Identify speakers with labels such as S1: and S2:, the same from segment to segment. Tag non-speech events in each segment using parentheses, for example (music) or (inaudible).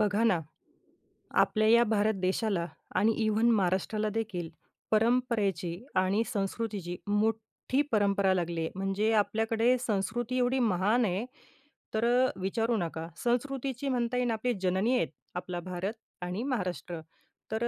S1: बघा ना, आपल्या या भारत देशाला आणि इव्हन महाराष्ट्राला देखील परंपरेची आणि संस्कृतीची मोठी परंपरा लागली आहे. म्हणजे आपल्याकडे संस्कृती एवढी महान आहे, तर विचारू नका. संस्कृतीची म्हणता येईल आपली जननी आहेत, आपला भारत आणि महाराष्ट्र. तर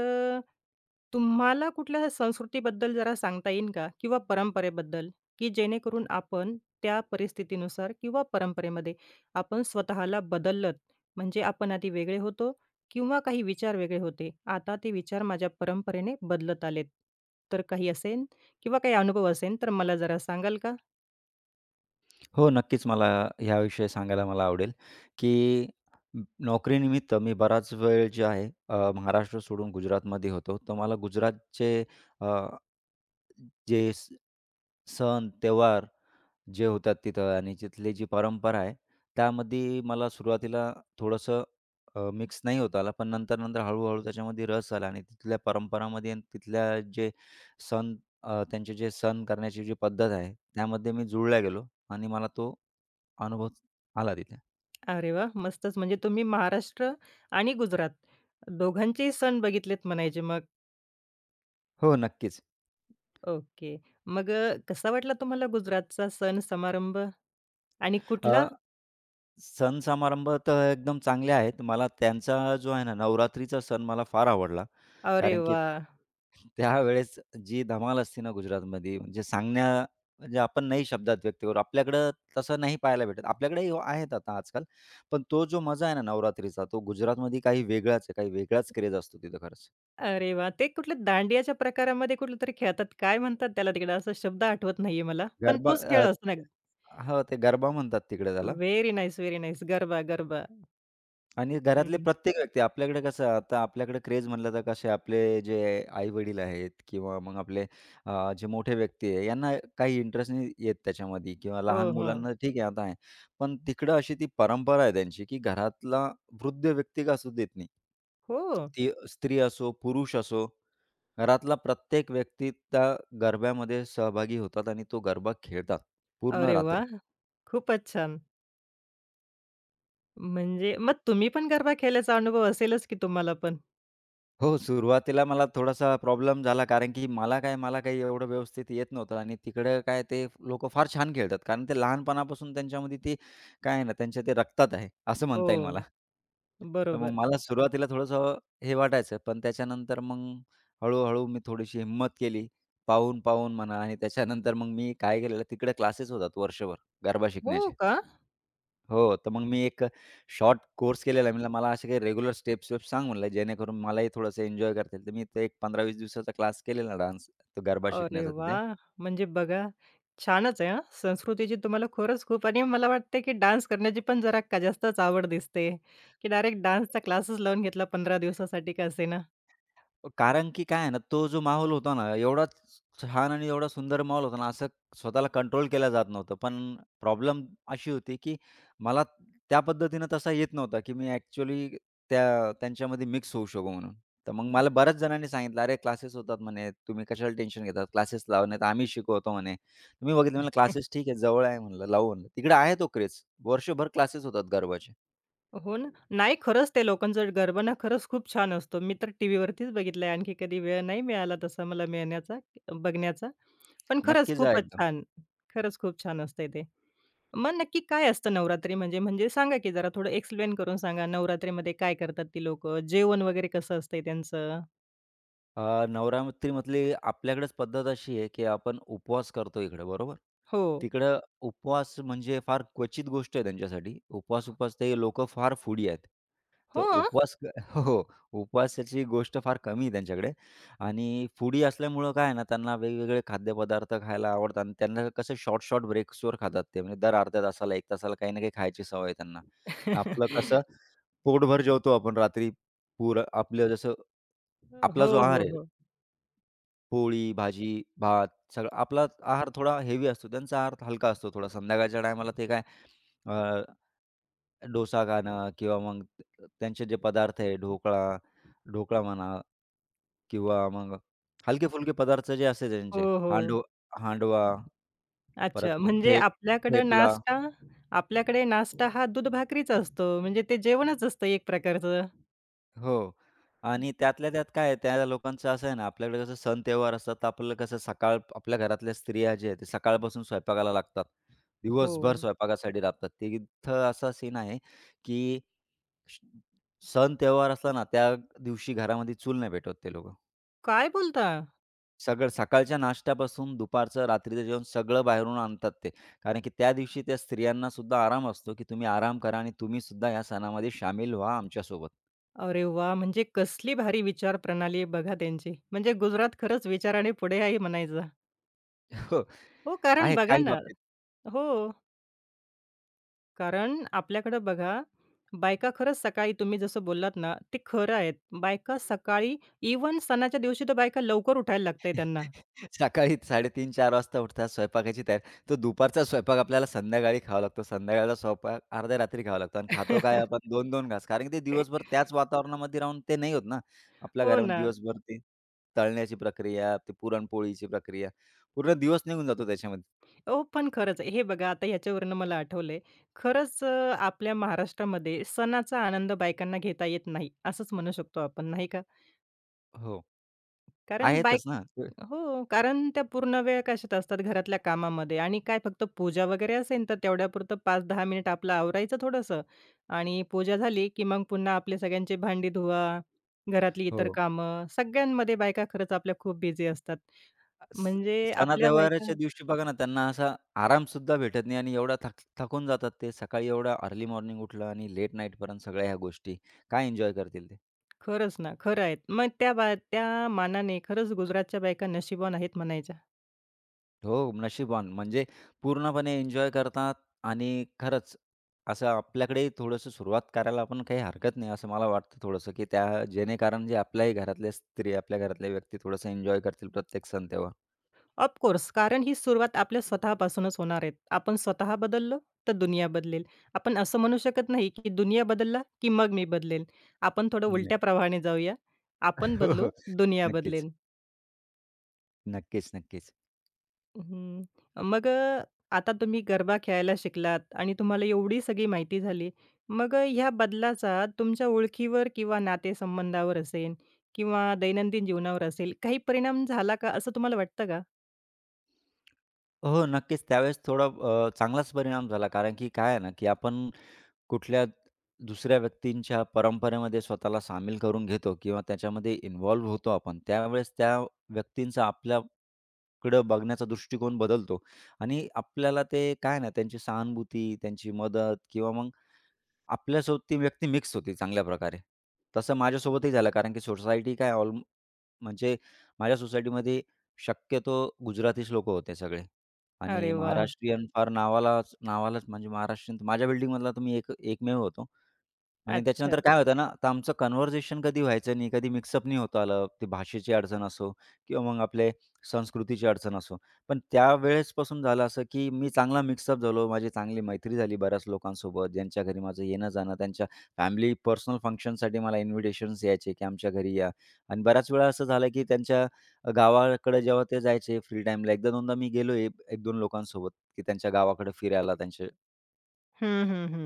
S1: तुम्हाला कुठल्या संस्कृतीबद्दल जरा सांगता येईल का? किंवा परंपरेबद्दल, की जेणेकरून आपण त्या परिस्थितीनुसार किंवा परंपरेमध्ये आपण स्वतःला बदललत, म्हणजे आपण आधी वेगळे होतो किंवा काही विचार वेगळे होते. आता ते विचार माझ्या परंपरेने बदलत आलेत. तर काही असेन किंवा काही अनुभव असेन, तर मला जरा सांगाल का?
S2: हो, नक्कीच मला ह्याविषयी सांगायला आवडेल, की नोकरीनिमित्त मी बराच वेळ जे आहे महाराष्ट्र सोडून गुजरातमध्ये होतो. तर मला गुजरातचे अ, जे सण, त्योहार जे होतात तिथं आणि तिथली जी परंपरा आहे, त्यामध्ये मला सुरुवातीला थोडंसं मिक्स नाही होता आला, पण नंतर-नंतर हळू-हळू त्याच्यामध्ये रस आला आणि तिथल्या परंपरामध्ये आणि तिथल्या जे सण त्यांचे जे सण करण्याची जी पद्धत आहे, त्यामध्ये मी जुळला गेलो आणि मला तो अनुभव आला तिथे.
S1: अरे वाह! मस्तच. म्हणजे तुम्ही महाराष्ट्र आणि गुजरात दोघांचेही सण बघितलेत म्हणायचे मग.
S2: हो, नक्कीच.
S1: ओके. मग कसा वाटला तुम्हाला गुजरातचा सण समारंभ? आणि कुठला?
S2: सण समारंभ तर एकदम चांगले आहेत. मला त्यांचा जो आहे ना, नवरात्रीचा सण मला फार आवडला.
S1: अरे
S2: कारण की
S1: वाह!
S2: त्यावेळेस जी धमाल असते ना गुजरातमध्ये, म्हणजे आपण नाही शब्दात व्यक्त करू. आपल्याकडं तसं नाही पाहायला भेटत. आपल्याकडेही आहेत आता आजकाल. पण तो जो मजा आहे ना नवरात्रीचा, तो गुजरातमध्ये काही वेगळाच आहे. काही वेगळाच क्रेज असतो तिथं खरंच.
S1: अरे वाह! ते कुठल्या दांडियाच्या प्रकारामध्ये कुठल्यातरी खेळतात. काय म्हणतात त्याला तिकडे? असा शब्द आठवत नाहीये मला. पण
S2: गरबा
S1: तोच खेळ
S2: अ,
S1: असतो ना.
S2: हो, ते गरबा म्हणतात तिकडे त्याला.
S1: Very nice, very nice. Garba, garba.
S2: आणि घरातले
S1: हं.
S2: प्रत्येक व्यक्ती आपल्याकडे कसं आता आपल्याकडे क्रेज म्हटलं तर कसे आपले जे आई-वडील आहेत किंवा मग आपले जे मोठे व्यक्ती आहे यांना काही इंटरेस्ट नाही येत त्याच्यामध्ये किंवा
S1: हो,
S2: लहान
S1: हो.
S2: मुलांना ठीक आहे आता आहे. पण तिकडं अशी ती परंपरा आहे त्यांची, की घरातला वृद्ध व्यक्ती का असू देत नाही.
S1: हो.
S2: ती स्त्री असो, पुरुष असो, घरातला प्रत्येक व्यक्ती त्या गरब्यामध्ये सहभागी होतात आणि तो गरबा खेळतात पूर्ण
S1: अरे
S2: रात्र.
S1: वाह! खूपच छान. म्हणजे मग तुम्ही पण गरबा खेळल्याचा अनुभव असेलच की तुम्हाला पण?
S2: हो, सुरुवातीला मला थोडासा प्रॉब्लेम झाला, कारण की मला काही एवढं व्यवस्थित येत नव्हतं आणि तिकडं काय ते लोकं फार छान खेळतात. कारण ते लहानपणापासून त्यांच्यामध्ये ते काय आहे ना, त्यांच्या ते रक्तात आहे, असं म्हणता येईल मला.
S1: हो,
S2: तर मग
S1: बरोबर.
S2: मला सुरुवातीला थोडंसं हे वाटायचं, पण त्याच्यानंतर मग हळू-हळू मी थोडीशी हिम्मत केली. पाहून-पाहून म्हणा आणि त्याच्यानंतर मग मी काय केलेलं, तिकडे क्लासेस होतात वर्षभर गरबा
S1: हो
S2: शिकण्याचे.
S1: का?
S2: हो, तर मग मी एक शॉर्ट कोर्स केलेला. म्हणलं मला असे काही रेग्युलर स्टेप्स-वेप्स सांग म्हणलं, जेणेकरून मलाही थोडंसं एन्जॉय करता येईल. तर मी ते एक 15-20 दिवसाचा क्लास केलेला डान्स, तो गरबा
S1: अरे
S2: शिकण्याचा तिथे.
S1: वाह! म्हणजे बघा, छानच आहे हां. संस्कृतीची तुम्हाला खरंच खूप आणि मला वाटतं की डान्स करण्याची पण जरा का जास्तच आवड दिसते, की डायरेक्ट डान्सचा क्लासेस लावून घेतला 15 दिवसासाठी का असेना.
S2: कारण की काय आहे ना, तो जो माहोल होता ना, एवढा छान आणि एवढा सुंदर माहोल होता ना, असं स्वतःला कंट्रोल केलं जात नव्हतं. पण प्रॉब्लेम अशी होती, की मला त्या पद्धतीनं तसा येत नव्हता, की मी ॲक्चुअली त्यांच्यामध्ये मिक्स होऊ शकू म्हणून. तर मग मला बऱ्याच जणांनी सांगितलं, "अरे क्लासेस होतात म्हणे, तुम्ही कशाला टेन्शन घेता? क्लासेस लावा, नाहीतर आम्ही शिकवतो" म्हणे. मी बघितलं म्हणलं, "क्लासेस ठीक आहे, जवळ आहे" म्हणलं, "लावू" म्हणलं. तिकडे आहे तो क्रेझ. वर्षभर क्लासेस होतात गरबाचे.
S1: हो ना. नाही खरंच ते लोकांचा गरबा ना खरंच खूप छान असतो. मी तर टीव्हीवरतीच बघितलंय. आणखी कधी वेळ नाही मिळाला तसा मला मिळण्याचा बघण्याचा. पण खरंच
S2: नक्की जा
S1: खूपच
S2: एकदा.
S1: छान. खरंच खूप छान असतंय ते. मग नक्की काय असतं नवरात्री म्हणजे? म्हणजे सांगा की जरा थोडं एक्सप्लेन करून सांगा. नवरात्रीमध्ये काय करतात ती लोकं? जेवण वगैरे कसं असतंय त्यांचं?
S2: नवरात्रीमधली आपल्याकडेच पद्धत अशी आहे, की आपण उपवास करतो इकडे, बरोबर?
S1: हो.
S2: तिकडं उपवास म्हणजे फार क्वचित गोष्ट आहे त्यांच्यासाठी. उपवास-उपवास ते लोकं फार फूडी आहेत. तर
S1: हो.
S2: उपवास क (laughs) हो, हो. उपवासाची गोष्ट फार कमी आहे त्यांच्याकडे आणि फूडी असल्यामुळं काय आहे ना, त्यांना वेगवेगळे खाद्यपदार्थ खायला आवडतात आणि त्यांना कसं शॉर्ट-शॉर्ट ब्रेक्सवर खातात ते. म्हणजे दर अर्ध्या तासाला, 1 तासाला काही ना काही खायची सवय आहे त्यांना. आपलं कसं
S1: (laughs)
S2: पोटभर जेवतो आपण रात्री पुरं आपलं जसं आपला
S1: हो,
S2: जो आहार
S1: हो,
S2: आहे,
S1: हो.
S2: पोळी, भाजी, भात सगळं, आपला आहार थोडा हेवी असतो, त्यांचा आहार हलका असतो थोडा. संध्याकाळच्या टायमाला ते काय अ, डोसा खाणं किंवा मग त्यांचे जे पदार्थ आहे ढोकळा ढोकळा म्हणा किंवा मग हलके-फुलके पदार्थ जे असायचे
S1: हो,
S2: त्यांचे
S1: हो.
S2: हांडवा, परत
S1: अच्छा,
S2: मग
S1: म्हणजे आपल्याकडं
S2: ठेपला.
S1: नाश्ता आपल्याकडे नाश्ता हा दूध भाकरीचा असतो. म्हणजे ते जेवणच असतं एक प्रकारचं.
S2: हो. आणि त्यातल्या त्यात काय आहे, त्या लोकांचं असं आहे ना, आपल्याकडे कसं सण त्योहार असतात, तर आपल्याला कसं सकाळ आपल्या घरातल्या स्त्रिया जे आहेत, ते सकाळपासून स्वयंपाकाला लागतात.
S1: हो.
S2: दिवसभर स्वयंपाकासाठी लागतात. तिथं असा सीन आहे, की श सण त्योहार असला ना, त्या दिवशी घरामध्ये चूल नाही पेटवत ते लोकं.
S1: काय बोलता?
S2: सगळं सकाळच्या नाश्त्यापासून दुपारचं, रात्रीचं जेवण सगळं बाहेरून आणतात ते. कारण की त्या दिवशी त्या स्त्रियांना सुद्धा आराम असतो, की तुम्ही आराम करा आणि तुम्ही सुद्धा या सणामध्ये शामील व्हा आमच्यासोबत.
S1: अरे वा, म्हणजे कसली भारी विचार प्रणाली आहे बघा त्यांची. म्हणजे गुजरात खरंच विचाराने पुढे आहे म्हणायचं.
S2: (laughs) हो,
S1: हो, कारण
S2: आहे
S1: बघा
S2: काही
S1: ना.
S2: बाबतीत.
S1: हो, कारण आपल्याकडं बघा, बायका खरंच सकाळी तुम्ही जसं बोललात ना, ते खरं आहेत. बायका सकाळी इव्हन सणाच्या दिवशी तर बायका लवकर उठायला लागतंय त्यांना.
S2: सकाळी 3:30-4:00 वाजता उठतात, स्वयंपाकाची तयारी. तो दुपारचा स्वयंपाक आपल्याला संध्याकाळी खावा लागतो. संध्याकाळचा स्वयंपाक अर्ध्या रात्री खावा लागतो आणि खातो काय
S1: (laughs)
S2: आपण 2-2 घास. कारण की ते दिवसभर त्याच वातावरणामध्ये राहून ते नाही होत ना. आपल्या
S1: हो
S2: घरामध्ये
S1: ना.
S2: दिवसभर ते तळण्याची प्रक्रिया, ते पुरणपोळीची प्रक्रिया, पूर्ण दिवस निघून जातो त्याच्यामध्ये.
S1: हो, पण खरंच हे बघा आता ह्याच्यावरनं मला आठवलंय. खरंच आपल्या महाराष्ट्रामध्ये सणाचा आनंद बायकांना घेता येत नाही, असंच म्हणू शकतो आपण, नाही का?
S2: हो,
S1: कारण बायक
S2: आहेतच ना.
S1: हो, कारण त्या पूर्ण वेळ कशात असतात घरातल्या कामामध्ये आणि काय फक्त पूजा वगैरे असेल तर तेवढ्यापुरतं 5-10 मिनिट आपलं आवरायचं थोडंसं आणि पूजा झाली, की मग पुन्हा आपले सगळ्यांची भांडी धुवा, घरातली इतर
S2: हो.
S1: कामं, सगळ्यांमध्ये बायका खरंच आपल्या खूप बिझी असतात.
S2: स
S1: म्हणजे आपल्या बायका
S2: सणावाराच्या दिवशी बघा ना, त्यांना असा आराम सुद्धा भेटत नाही आणि एवढा थकून जातात ते. सकाळी एवढा अर्ली मॉर्निंग उठलं आणि लेट नाईटपर्यंत सगळ्या ह्या गोष्टी. काय एन्जॉय करतील ते?
S1: खरंच ना, खरं आहे. मग त्या त्या मानाने खरंच गुजरातच्या बायका नशिबवान आहेत म्हणायच्या.
S2: हो, नशीबवान म्हणजे पूर्णपणे एन्जॉय करतात आणि खरंच असं आपल्याकडेही थोडंसं सुरुवात करायला आपण काही हरकत नाही, असं मला वाटतं थोडंसं, की त्या जेणेकारण जे आपल्याही घरातल्या स्त्री, आपल्या घरातल्या व्यक्ती थोडंसं एन्जॉय करतील प्रत्येक सण तेव्हा.
S1: ऑफकोर्स कारण ही सुरुवात आपल्या स्वतःपासूनच होणार आहे. आपण स्वतः बदललो, तर दुनिया बदलेल. आपण असं म्हणू शकत नाही, की दुनिया बदलला, की मग मी बदलेल. आपण थोडं
S2: हम्म.
S1: उलट्या प्रवाहाने जाऊया. आपण
S2: (laughs) हो,
S1: बदलू,
S2: हो.
S1: दुनिया
S2: नक्कीच.
S1: बदलेल.
S2: नक्कीच, नक्कीच.
S1: हं. मग आता तुम्ही गरबा खेळायला शिकलात आणि तुम्हाला एवढी सगळी माहिती झाली. मग ह्या बदलाचा तुमच्या ओळखीवर किंवा नातेसंबंधावर असेल किंवा दैनंदिन जीवनावर असेल, काही परिणाम झाला का असं तुम्हाला वाटतं का?
S2: हो, नक्कीच. त्यावेळेस थोडा चांगलाच परिणाम झाला. कारण की काय आहे ना, की आपण कुठल्या दुसऱ्या व्यक्तींच्या परंपरेमध्ये स्वतःला सामील करून घेतो किंवा त्याच्यामध्ये इन्व्हॉल्व होतो आपण. त्यावेळेस त्या व्यक्तींचा आपल्याकडं बघण्याचा दृष्टिकोन बदलतो आणि आपल्याला ते काय आहे ना, त्यांची सहानुभूती, त्यांची मदत किंवा मग आपल्यासोबत ती व्यक्ती मिक्स होती चांगल्या प्रकारे. तसं माझ्यासोबतही झालं, कारण की सोसायटी काय ऑल म्हणजे माझ्या सोसायटीमध्ये शक्यतो गुजरातीच लोकं होते सगळे आणि
S1: अरे
S2: हां.
S1: वा.
S2: महाराष्ट्रीयन फार नावालाच नावालाच, म्हणजे महाराष्ट्रीयन माझ्या बिल्डिंगमधला तर मी एकमेव होतो आणि
S1: अच्छा.
S2: त्याच्यानंतर काय होतं ना, तर आमचं कन्व्हर्सेशन कधी व्हायचं नाही, कधी मिक्सअप नाही होता आलं. ती भाषेची अडचण असो किंवा मग आपले संस्कृतीची अडचण असो. पण त्यावेळेसपासून झालं असं, की मी चांगला मिक्सअप झालो. माझी चांगली मैत्री झाली बऱ्याच लोकांसोबत. ज्यांच्या घरी माझं येणं-जाणं, त्यांच्या फॅमिली पर्सनल फंक्शनसाठी मला इन्व्हिटेशन्स यायचे, की आमच्या घरी या. आणि बऱ्याच वेळा असं झालं, की त्यांच्या गावाकडे जेव्हा ते जायचे फ्री टाईमला, एकदा-दोनदा मी गेलोय 1-2 लोकांसोबत, की त्यांच्या गावाकडे फिरायला त्यांचे,
S1: हं, हं, हं.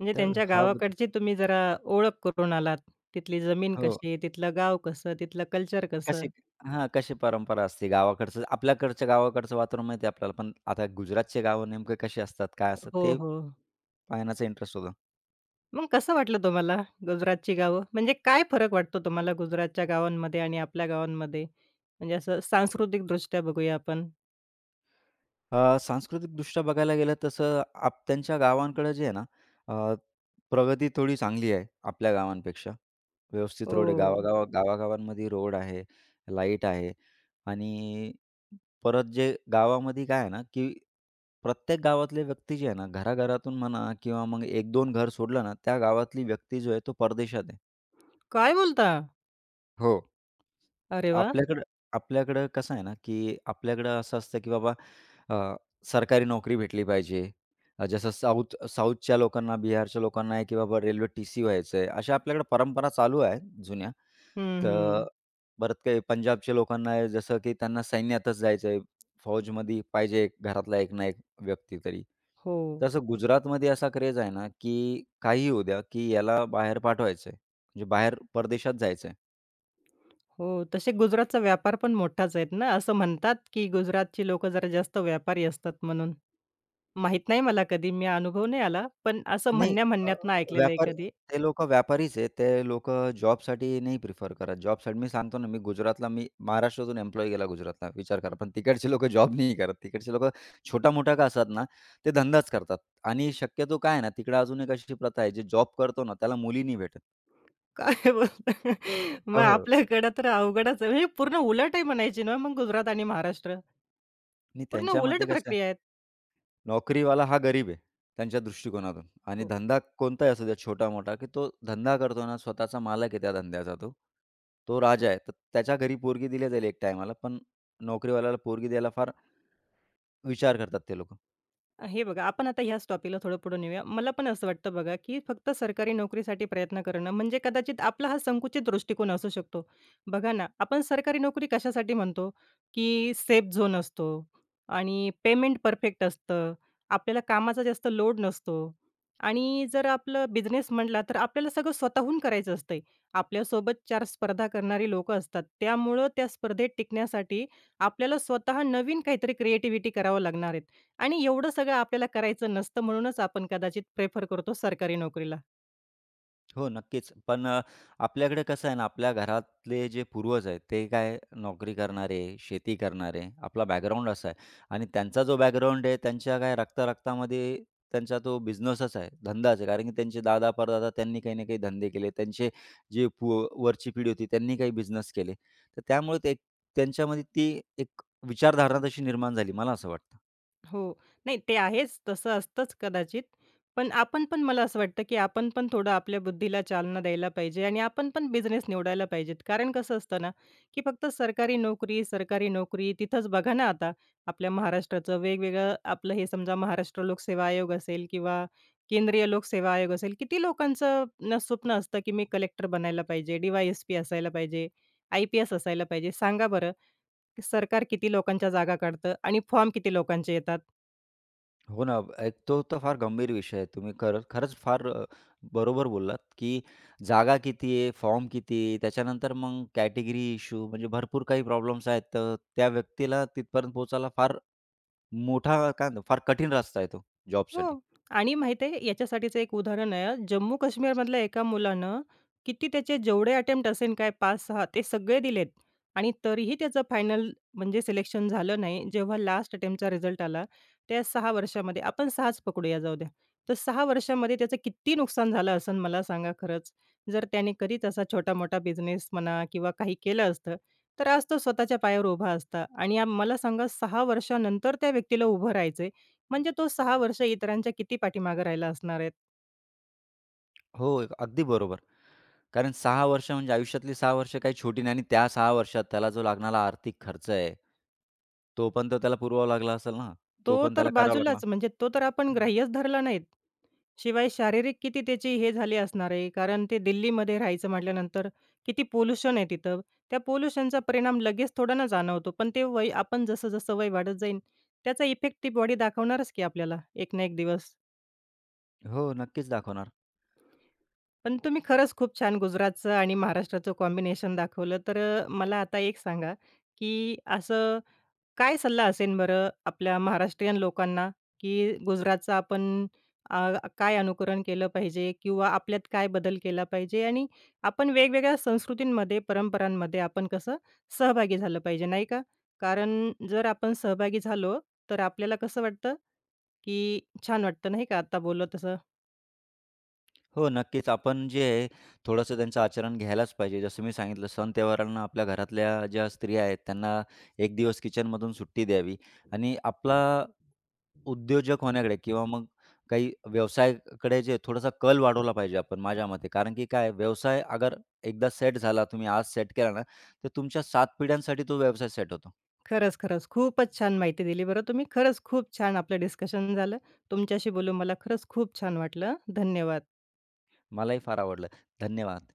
S1: म्हणजे
S2: तर
S1: त्यांच्या
S2: हा बदल
S1: गावाकडची तुम्ही जरा ओळख करून आलात. तिथली जमीन
S2: हो.
S1: कशी, तिथलं गाव कसं, तिथलं कल्चर कसं.
S2: कशी हां, कशी परंपरा असते गावाकडचं, आपल्याकडच्या गावाकडचं वातावरण माहिती आहे आपल्याला, पण आता गुजरातचे गावं नेमकं कशी असतात, काय असतात
S1: हो,
S2: ते
S1: हो.
S2: पाहण्याचा इंटरेस्ट होता.
S1: मग कसं वाटलं तुम्हाला गुजरातची गावं? म्हणजे काय फरक वाटतो तुम्हाला गुजरातच्या गावांमध्ये आणि आपल्या गावांमध्ये? म्हणजे असं सांस्कृतिकदृष्ट्या बघूया आपण.
S2: सांस्कृतिकदृष्ट्या बघायला गेलं तसं त्यांच्या गावांकडं जे आहे ना, अ, प्रगती थोडी चांगली आहे आपल्या गावांपेक्षा. व्यवस्थित
S1: हो.
S2: रोड आहे. गावागावांमध्ये रोड आहे, लाईट आहे आणि परत जे गावामध्ये काय आहे ना, की प्रत्येक गावातले व्यक्ती जे आहे ना, घराघरातून म्हणा किंवा मग 1-2 घर सोडलं ना, त्या गावातली व्यक्ती जो आहे तो परदेशात आहे.
S1: काय बोलता?
S2: हो.
S1: अरे वाह!
S2: आपल्याकडं आपल्याकडं कसं आहे ना, की आपल्याकडं असं असतं, की बाबा अ, सरकारी नोकरी भेटली पाहिजे. जसं साऊथच्या लोकांना, बिहारच्या लोकांना आहे, की बाबा रेल्वे टी-सी व्हायचं आहे. अशा आपल्याकडे परंपरा चालू आहेत जुन्या.
S1: हं,
S2: तर
S1: हं.
S2: परत काही पंजाबच्या लोकांना आहे, जसं की त्यांना सैन्यातच जायचं आहे. फौजमध्ये पाहिजे घरातला एक ना एक व्यक्ती तरी.
S1: हो.
S2: तसं गुजरातमध्ये असा क्रेझ आहे ना, की काहीही होऊ द्या, की याला बाहेर पाठवायचं आहे. म्हणजे बाहेर परदेशात जायचं आहे.
S1: हो, तसे गुजरातचा व्यापार पण मोठाच आहेत ना? असं म्हणतात, की गुजरातची लोकं जरा जास्त व्यापारी असतात म्हणून. माहीत नाही मला कधी, मी अनुभव नाही आला, पण असं
S2: नाही अ,
S1: म्हणण्या-म्हणण्यातनं ऐकलेलं आहे
S2: व्यापार
S1: कधी.
S2: ते लोकं व्यापारीच आहे. ते लोकं जॉबसाठी नाही प्रिफर करत. जॉबसाठी मी सांगतो ना, मी महाराष्ट्रातून एम्प्लॉयी गेला गुजरातला. विचार करा. पण तिकडचे लोकं जॉब नाही करत. तिकडचे लोकं छोटा-मोठा का असतात ना, ते धंदाच करतात आणि शक्यतो काय आहे ना, तिकडे अजून एक अशी प्रथा आहे, जे जॉब करतो ना त्याला मुली नाही भेटत.
S1: काय बोलता? (laughs) मग
S2: हो, हो.
S1: आपल्याकडं तर अवघडच आहे. म्हणजे पूर्ण उलट आहे म्हणायची ना मग गुजरात आणि महाराष्ट्र?
S2: आणि
S1: पूर्ण उलट
S2: त्यांच्यामध्ये कसं
S1: प्रक्रिया आहेत.
S2: नोकरीवाला हा गरीब आहे, त्यांच्या दृष्टिकोनातून आणि
S1: हो.
S2: धंदा कोणताही असू द्या छोटा-मोठा, की तो धंदा करतो ना, स्वतःचा मालक आहे त्या धंद्याचा तो. तो राजा आहे. तर त्याच्या घरी पोरगी दिली जाईल एक टायमाला, पण नोकरीवाल्याला पोरगी द्यायला फार विचार करतात ते लोकं.
S1: हे बघा, आपण आता ह्याच टॉपिकला थोडं पुढे नेऊया. मला पण असं वाटतं बघा, की फक्त सरकारी नोकरीसाठी प्रयत्न करणं म्हणजे कदाचित आपला हा संकुचित दृष्टिकोन असू शकतो. बघा ना, आपण सरकारी नोकरी कशासाठी म्हणतो, की सेफ झोन असतो आणि पेमेंट परफेक्ट असतं. आपल्याला कामाचा जास्त लोड नसतो आणि जर आपलं बिझनेस म्हटला, तर आपल्याला सगळं स्वतःहून करायचं असतंय. आपल्यासोबत 4 स्पर्धा करणारी लोकं असतात. त्यामुळं त्या स्पर्धेत टिकण्यासाठी आपल्याला स्वतः नवीन काहीतरी क्रिएटिव्हिटी करावं लागणार आहे. आणि एवढं सगळं आपल्याला करायचं नसतं म्हणूनच आपण कदाचित प्रेफर करतो सरकारी नोकरीला.
S2: हो, नक्कीच. पण आपल्याकडे कसं आहे ना, आपल्या घरातले जे पूर्वज आहेत, ते काय नोकरी करणारे, शेती करणारे, आपला बॅकग्राऊंड असा आहे आणि त्यांचा जो बॅकग्राऊंड आहे, त्यांच्या काय रक्ता-रक्तामध्ये त्यांचा तो बिझनेसच आहे, धंदाच आहे. कारण की त्यांचे दादा-परदादा त्यांनी काही ना काही धंदे केले. त्यांचे जे पु वरची पिढी होती, त्यांनी काही बिझनेस केले. तर त्यामुळे ते त्यांच्यामध्ये ती एक विचारधारणा तशी निर्माण झाली, मला असं वाटतं.
S1: हो. नाही ते आहेच, तसं असतंच कदाचित. पण आपण पण मला असं वाटतं, की आपण पण थोडं आपल्या बुद्धीला चालना द्यायला पाहिजे आणि आपण पण बिझनेस निवडायला पाहिजेत. कारण कसं असतं ना, की फक्त सरकारी नोकरी, सरकारी नोकरी तिथंच बघा ना आता आपल्या महाराष्ट्राचं वेगवेगळं आपलं हे समजा महाराष्ट्र लोकसेवा आयोग असेल किंवा केंद्रीय लोकसेवा आयोग असेल, किती लोकांचं स्वप्न असतं, की मी कलेक्टर बनायला पाहिजे, डी असायला पाहिजे, आय-पी-एस असायला पाहिजे. सांगा बरं, सरकार किती लोकांच्या जागा काढतं आणि फॉर्म किती लोकांचे येतात?
S2: हो ना. एक तो तर फार गंभीर विषय आहे. तुम्ही खरंच खरंच फार बरोबर बोललात, की जागा किती आहे, फॉर्म किती आहे, त्याच्यानंतर मग कॅटेगरी इश्यू, म्हणजे भरपूर काही प्रॉब्लेम्स आहेत. तर त्या व्यक्तीला तिथपर्यंत पोहोचायला फार मोठा काय म्हणतो, फार कठीण रस्ता आहे तो जॉबसाठी.
S1: हो. आणि माहिती आहे याच्यासाठीचं एक उदाहरण आहे. जम्मू काश्मीरमधल्या एका मुलानं किती त्याचे जेवढे अटेम्प्ट असेल काय 5-6 ते सगळे दिलेत आणि तरीही त्याचं फायनल म्हणजे सिलेक्शन झालं नाही. जेव्हा लास्ट अटेम्प्टचा रिझल्ट आला, त्या 6 वर्षामध्ये आपण 6च पकडूया जाऊ द्या. तर 6 वर्षामध्ये त्याचं किती नुकसान झालं असेल मला सांगा खरंच. जर त्याने कधीच असा छोटा-मोठा बिझनेस म्हणा किंवा काही केलं असतं, तर आज तो स्वतःच्या पायावर उभा असता आणि मला सांगा 6 वर्षानंतर त्या व्यक्तीला उभं राहायचं म्हणजे तो 6 वर्ष इतरांच्या किती पाठीमागे राहिला असणार आहे.
S2: हो, अगदी बरोबर. कारण 6 वर्ष म्हणजे आयुष्यातली 6 वर्ष काही छोटी नाही आणि त्या 6 वर्षात त्याला जो लागणारा आर्थिक खर्च आहे, तो पण तर त्याला पुरवावा लागला असेल ना. तो
S1: तो
S2: पण
S1: तर
S2: त्याला करावा लागला.
S1: बाजूलाच म्हणजे तो तर आपण
S2: हं.
S1: ग्राह्यच धरला नाहीत. शिवाय शारीरिक किती त्याची हे झाली असणार आहे. कारण ते दिल्लीमध्ये राहायचं म्हटल्यानंतर किती पोल्युशन आहे तिथं. त्या पोल्युशनचा परिणाम लगेच थोडा ना जाणवतो. पण ते वय आपण जसं-जसं वय वाढत जाईल त्याचा इफेक्ट ती बॉडी दाखवणारच की आपल्याला एक ना एक दिवस.
S2: हो, नक्कीच दाखवणार.
S1: पण तुम्ही खरंच खूप छान गुजरातचं आणि महाराष्ट्राचं कॉम्बिनेशन दाखवलं. तर मला आता एक सांगा, की असं काय सल्ला असेल बरं आपल्या महाराष्ट्रीयन लोकांना, की गुजरातचं आपण अ, काय अनुकरण केलं पाहिजे किंवा आपल्यात काय बदल केला पाहिजे आणि आपण वेगवेगळ्या संस्कृतींमध्ये, परंपरांमध्ये आपण कसं सहभागी झालं पाहिजे, नाही का? कारण जर आपण सहभागी झालो, तर आपल्याला कसं वाटतं, की छान वाटतं, नाही का? आता बोललो तसं.
S2: हो, नक्कीच. आपण जे आहे, थोडंसं त्यांचं आचरण घ्यायलाच पाहिजे. जसं मी सांगितलं, सण-त्योहारांना आपल्या घरातल्या ज्या स्त्रिया आहेत, त्यांना 1 दिवस किचनमधून सुट्टी द्यावी आणि आपला उद्योजक होण्याकडे किंवा मग काही व्यवसायाकडे जे थोडासा कल वाढवला पाहिजे आपण, माझ्या मते. कारण की काय व्यवसाय अगर एकदा सेट झाला, तुम्ही आज सेट केला ना, तर तुमच्या 7 पिढ्यांसाठी तो व्यवसाय सेट होतो.
S1: खरंच, खरंच. खूपच छान माहिती दिली बरं तुम्ही. खरंच खूप छान आपलं डिस्कशन झालं. तुमच्याशी बोलून मला खरंच खूप छान वाटलं. धन्यवाद.
S2: मलाही फार आवडलं. धन्यवाद.